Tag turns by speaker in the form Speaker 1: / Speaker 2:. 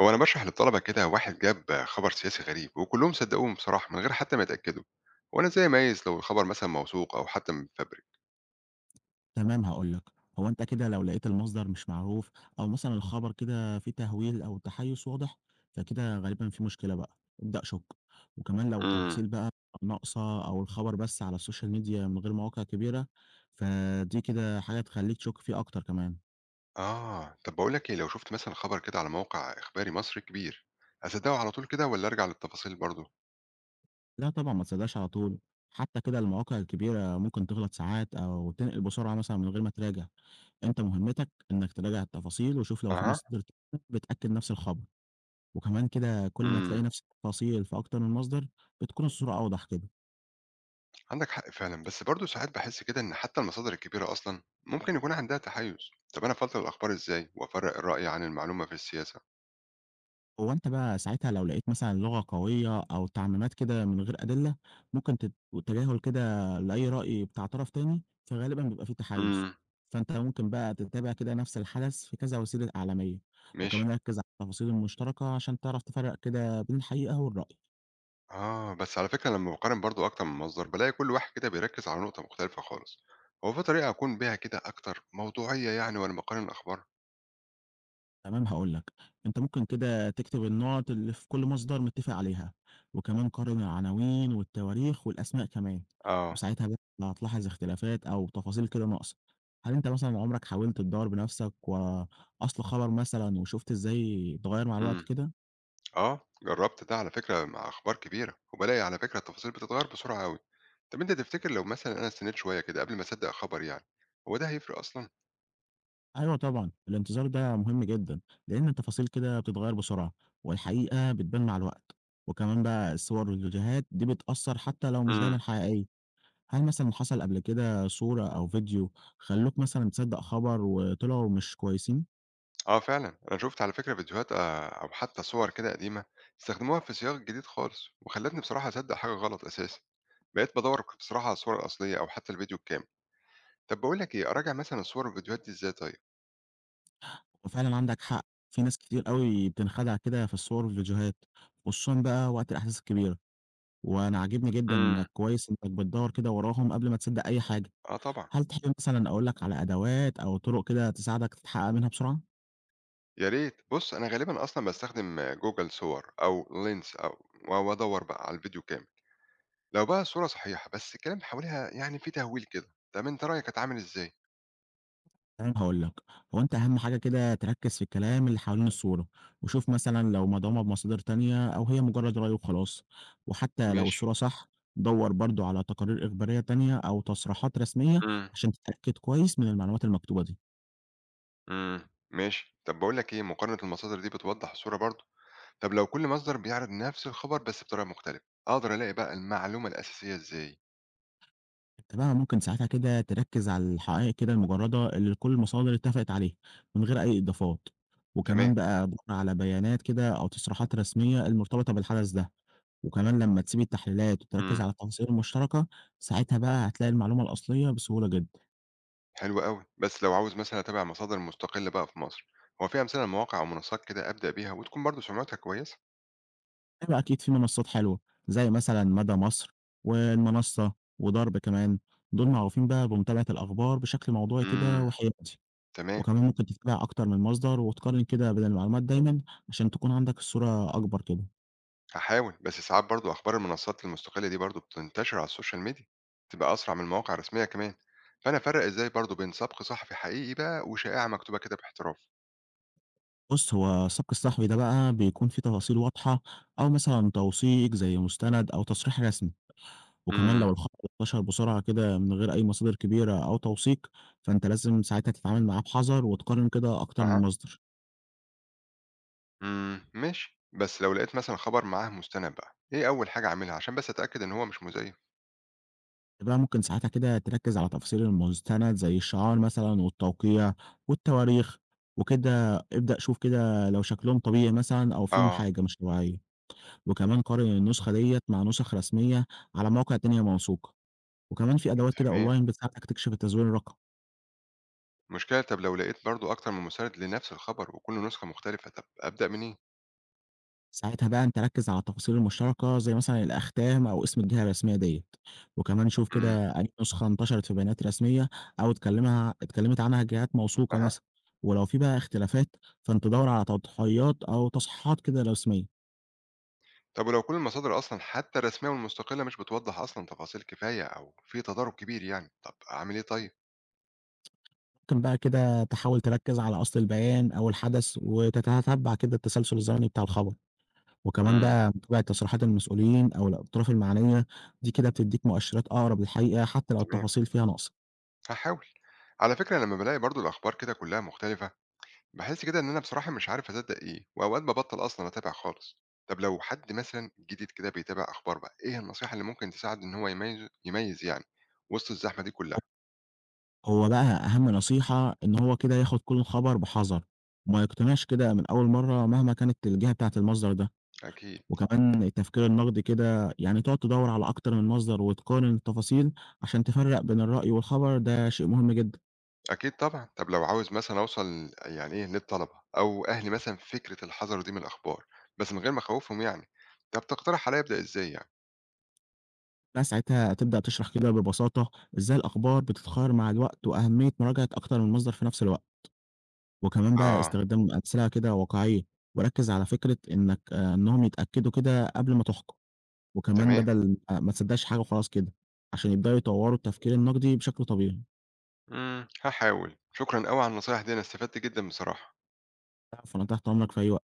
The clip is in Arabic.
Speaker 1: وأنا باشرح للطلبة كده واحد جاب خبر سياسي غريب وكلهم صدقوه بصراحة من غير حتى ما يتأكدوا. وأنا إزاي أميز لو الخبر مثلا موثوق أو حتى مفبرك؟
Speaker 2: تمام هاقول لك، هو أنت كده لو لقيت المصدر مش معروف أو مثلًا الخبر كده فيه تهويل أو تحيُّز واضح، فكده غالبًا في مشكلة بقى، ابدأ شُك، وكمان لو
Speaker 1: امم.
Speaker 2: التفاصيل بقى ناقصة أو الخبر بس على السوشيال ميديا من غير مواقع كبيرة، فدي كده حاجة تخلّيك تشُك فيه أكتر كمان.
Speaker 1: آه، طب بقول لك إيه، لو شفت مثلا خبر كده على موقع إخباري مصري كبير أصدقه على طول كده ولا أرجع للتفاصيل برضه؟
Speaker 2: لأ طبعًا ما تصدقش على طول، حتى كده المواقع الكبيرة ممكن تغلط ساعات أو تنقل بسرعة مثلًا من غير ما تراجع، أنت مهمتك إنك تراجع التفاصيل وشوف لو في
Speaker 1: أها.
Speaker 2: مصادر تانية بتأكد نفس الخبر. وكمان كده كل ما تلاقي
Speaker 1: امم.
Speaker 2: نفس التفاصيل في أكتر من مصدر بتكون الصورة أوضح كده.
Speaker 1: عندك حق فعلا، بس برضه ساعات بحس كده إن حتى المصادر الكبيرة أصلا ممكن يكون عندها تحيز. طب أنا أفلتر الأخبار إزاي وأفرق الرأي عن المعلومة في السياسة؟
Speaker 2: هو أنت بقى ساعتها لو لقيت مثلا لغة قوية أو تعميمات كده من غير أدلة ممكن تتجاهل كده لأي رأي بتاع طرف تاني فغالبا بيبقى فيه تحيز.
Speaker 1: امم.
Speaker 2: فأنت ممكن بقى تتابع كده نفس الحدث في كذا وسيلة إعلامية، وكمان
Speaker 1: ماشي.
Speaker 2: ركز على التفاصيل المشتركة عشان تعرف تفرق كده بين الحقيقة والرأي.
Speaker 1: آه، بس على فكرة لمّا باقارن برضه أكتر من مصدر، بالاقي كل واحد كده بيركّز على نقطة مختلفة خالص. هو في طريقة أكون بيها كده أكتر موضوعية يعني وأنا باقارن الأخبار؟
Speaker 2: تمام هاقول لك، أنت ممكن كده تكتب النقط اللي في كل مصدر متّفق عليها، وكمان قارن العناوين والتواريخ والأسماء كمان،
Speaker 1: آه.
Speaker 2: وساعتها بقى هتلاحظ اختلافات أو تفاصيل كده ناقصة. هل أنت مثلًا عمرك حاولت تدوّر بنفسك ورا أصل خبر مثلًا وشُفت إزاي اتغيّر مع الوقت
Speaker 1: إمم.
Speaker 2: كده؟
Speaker 1: آه، جرّبت ده على فكرة مع أخبار كبيرة، وبالاقي على فكرة التفاصيل بتتغيّر بسرعة أوي. طب أنت تفتكر لو مثلًا أنا استنيت شوية كده قبل ما أصدّق خبر يعني، هو ده هيفرق أصلًا؟
Speaker 2: أيوه طبعًا، الانتظار ده مهم جدًا، لإن التفاصيل كده بتتغيّر بسرعة، والحقيقة بتبان مع الوقت، وكمان بقى الصور والفيديوهات دي بتأثّر حتى لو مش
Speaker 1: إمم.
Speaker 2: دايمًا حقيقية. هل مثلًا حصل قبل كده صورة أو فيديو خلّوك مثلًا تصدّق خبر وطلعوا مش كويسين؟
Speaker 1: آه فعلًا، أنا شُفت على فكرة فيديوهات أو حتى صور كده قديمة استخدموها في سياق جديد خالص، وخلّتني بصراحة أصدّق حاجة غلط أساسًا، بقيت بادوّر بصراحة على الصورة الأصلية أو حتى الفيديو الكامل. طَب باقول لك إيه، أراجع مثلًا الصور والفيديوهات دي إزاي طيب؟
Speaker 2: وفعلًا عندك حق، في ناس كتير أوي بتنخدع كده في الصور والفيديوهات، خصوصًا بقى وقت الأحداث الكبيرة، وأنا عاجبني جدًا
Speaker 1: إمم.
Speaker 2: إنك كويس إنك بتدوّر كده وراهم قبل ما تصدّق أي حاجة،
Speaker 1: آه طبعًا.
Speaker 2: هل تحب مثلًا أقول لك على أدوات أو طرق كده تساعدك تتحقق منها بسرعة؟
Speaker 1: يا ريت. بُص، أنا غالبًا أصلًا باستخدم Google صور أو Lens أو وادوّر بقى على الفيديو كامل. لو بقى الصورة صحيحة بس الكلام حواليها يعني فيه تهويل كده، طَب أنت رأيك أتعامل إزاي؟
Speaker 2: تمام هاقول لك، هو أنت أهم حاجة كده تركّز في الكلام اللي حوالين الصورة، وشوف مثلًا لو مدعومة بمصادر تانية أو هي مجرد رأي وخلاص، وحتى لو
Speaker 1: ماشي.
Speaker 2: الصورة صح دَوّر برضه على تقارير إخبارية تانية أو تصريحات رسمية
Speaker 1: إمم.
Speaker 2: عشان تتأكد كويس من المعلومات المكتوبة دي.
Speaker 1: إمم. ماشي. طَب باقول لك إيه، مقارنة المصادر دي بتوضّح الصورة برضه؟ طب لو كل مصدر بيعرض نفس الخبر بس بطريقة مختلفة، أقدر ألاقي بقى المعلومة الأساسية إزاي؟
Speaker 2: أنت بقى ممكن ساعتها كده تركز على الحقائق كده المجردة اللي كل المصادر اتفقت عليها من غير أي إضافات،
Speaker 1: تمام.
Speaker 2: وكمان بقى دور على بيانات كده أو تصريحات رسمية المرتبطة بالحدث ده. وكمان لما تسيب التحليلات وتركز
Speaker 1: امم.
Speaker 2: على التفاصيل المشتركة ساعتها بقى هتلاقي المعلومة الأصلية بسهولة جدا.
Speaker 1: حلو قوي، بس لو عاوز مثلا أتابع مصادر مستقلة بقى في مصر، هو في أمثلة لمواقع أو منصات كده أبدأ بيها وتكون برضو سمعتها كويسة؟
Speaker 2: هيبقى أكيد في منصات حلوة زي مثلا مدى مصر والمنصة وضرب كمان، دول معروفين بقى بمتابعة الأخبار بشكل موضوعي
Speaker 1: امم.
Speaker 2: كده وحيادي.
Speaker 1: تمام.
Speaker 2: وكمان ممكن تتابع أكتر من مصدر وتقارن كده بين المعلومات دايما عشان تكون عندك الصورة أكبر كده.
Speaker 1: هحاول، بس ساعات برضو أخبار المنصات المستقلة دي برضو بتنتشر على السوشيال ميديا، تبقى أسرع من المواقع الرسمية كمان، فأنا أفرق إزاي برضو بين سبق صحفي حقيقي بقى وشائعة مكتوبة كده باحتراف؟
Speaker 2: بص هو السبق الصحفي ده بقى بيكون فيه تفاصيل واضحة أو مثلا توثيق زي مستند أو تصريح رسمي، وكمان
Speaker 1: امم.
Speaker 2: لو الخبر انتشر بسرعة كده من غير أي مصادر كبيرة أو توثيق فأنت لازم ساعتها تتعامل معاه بحذر وتقارن كده أكتر
Speaker 1: أها.
Speaker 2: من مصدر.
Speaker 1: إمم، ماشي، بس لو لقيت مثلًا خبر معاه مُستند بقى، إيه أول حاجة أعملها عشان بس أتأكد إن هو مش مزيف؟
Speaker 2: بقى ممكن ساعتها كده تركز على تفاصيل المستند زي الشعار مثلا والتوقيع والتواريخ، وكده ابدأ شوف كده لو شكلهم طبيعي مثلا أو فيهم
Speaker 1: آه.
Speaker 2: حاجة مش طبيعية. وكمان قارن النسخة ديّة مع نسخ رسمية على مواقع تانية موثوقة، وكمان في أدوات كده
Speaker 1: تمام.
Speaker 2: online بتساعدك تكشف التزوير الرقمي.
Speaker 1: المشكلة طب لو لقيت برضه أكتر من مُستند لنفس الخبر وكل نسخة مختلفة، طب أبدأ منين؟
Speaker 2: ساعتها بقى أنت ركّز على التفاصيل المشتركة زي مثلًا الأختام أو اسم الجهة الرسمية ديّة، وكمان شوف
Speaker 1: إمم.
Speaker 2: كده أي نسخة انتشرت في بيانات رسمية أو اتكلمت عنها جهات موثوقة
Speaker 1: أها.
Speaker 2: مثلًا، ولو في بقى اختلافات فأنت دَوّر على تضحيات أو تصحيحات كده رسمية.
Speaker 1: طب ولو كل المصادر أصلًا حتى الرسمية والمستقلة مش بتوضّح أصلًا تفاصيل كفاية أو في تضارب كبير يعني، طب أعمل إيه طيب؟
Speaker 2: ممكن بقى كده تحاول تركّز على أصل البيان أو الحدث وتتتبع كده التسلسل الزمني بتاع الخبر. وكمان
Speaker 1: إمم.
Speaker 2: بقى متابعة تصريحات المسؤولين أو الأطراف المعنية دي كده بتديك مؤشرات أقرب للحقيقة حتى لو
Speaker 1: تمام.
Speaker 2: التفاصيل فيها ناقصة.
Speaker 1: هاحاول. على فكرة لمّا بالاقي برضه الأخبار كده كلها مختلفة باحس كده إن أنا بصراحة مش عارف أصدّق إيه، وأوقات بابطّل أصلًا أتابع خالص. طب لو حد مثلًا جديد كده بيتابع أخبار بقى، إيه النصيحة اللي ممكن تساعده إن هو يميّز يعني وسط الزحمة دي كلّها؟
Speaker 2: هو بقى أهم نصيحة إن هو كده ياخد كل خبر بحذر وما يقتنعش كده من أول مرة مهما كانت الجهة بتاعة المصدر ده.
Speaker 1: أكيد.
Speaker 2: وكمان التفكير النقدي كده يعني تقعد تدور على أكتر من مصدر وتقارن التفاصيل عشان تفرق بين الرأي والخبر ده شيء مهم جدا.
Speaker 1: أكيد طبعًا. طب لو عاوز مثلًا أوصل يعني إيه للطلبة أو أهلي مثلًا في فكرة الحذر دي من الأخبار، بس من غير ما أخوّفهم يعني، طب تقترح عليّا أبدأ إزاي يعني؟
Speaker 2: بس ساعتها تبدأ تشرح كده ببساطة إزاي الأخبار بتتغير مع الوقت وأهمية مراجعة أكتر من مصدر في نفس الوقت، وكمان بقى
Speaker 1: آه.
Speaker 2: استخدام أمثلة كده واقعية، وركّز على فكرة إنك إنهم يتأكدوا كده قبل ما تحكم، وكمان
Speaker 1: تمام.
Speaker 2: بدل ما تصدقش حاجة وخلاص كده، عشان يبدأوا يطوّروا التفكير النقدي بشكل طبيعي.
Speaker 1: إمم، هاحاول. شكرًا أوي على النصايح دي، أنا استفدت جدًا بصراحة.
Speaker 2: العفو، أنا تحت أمرك في أي وقت.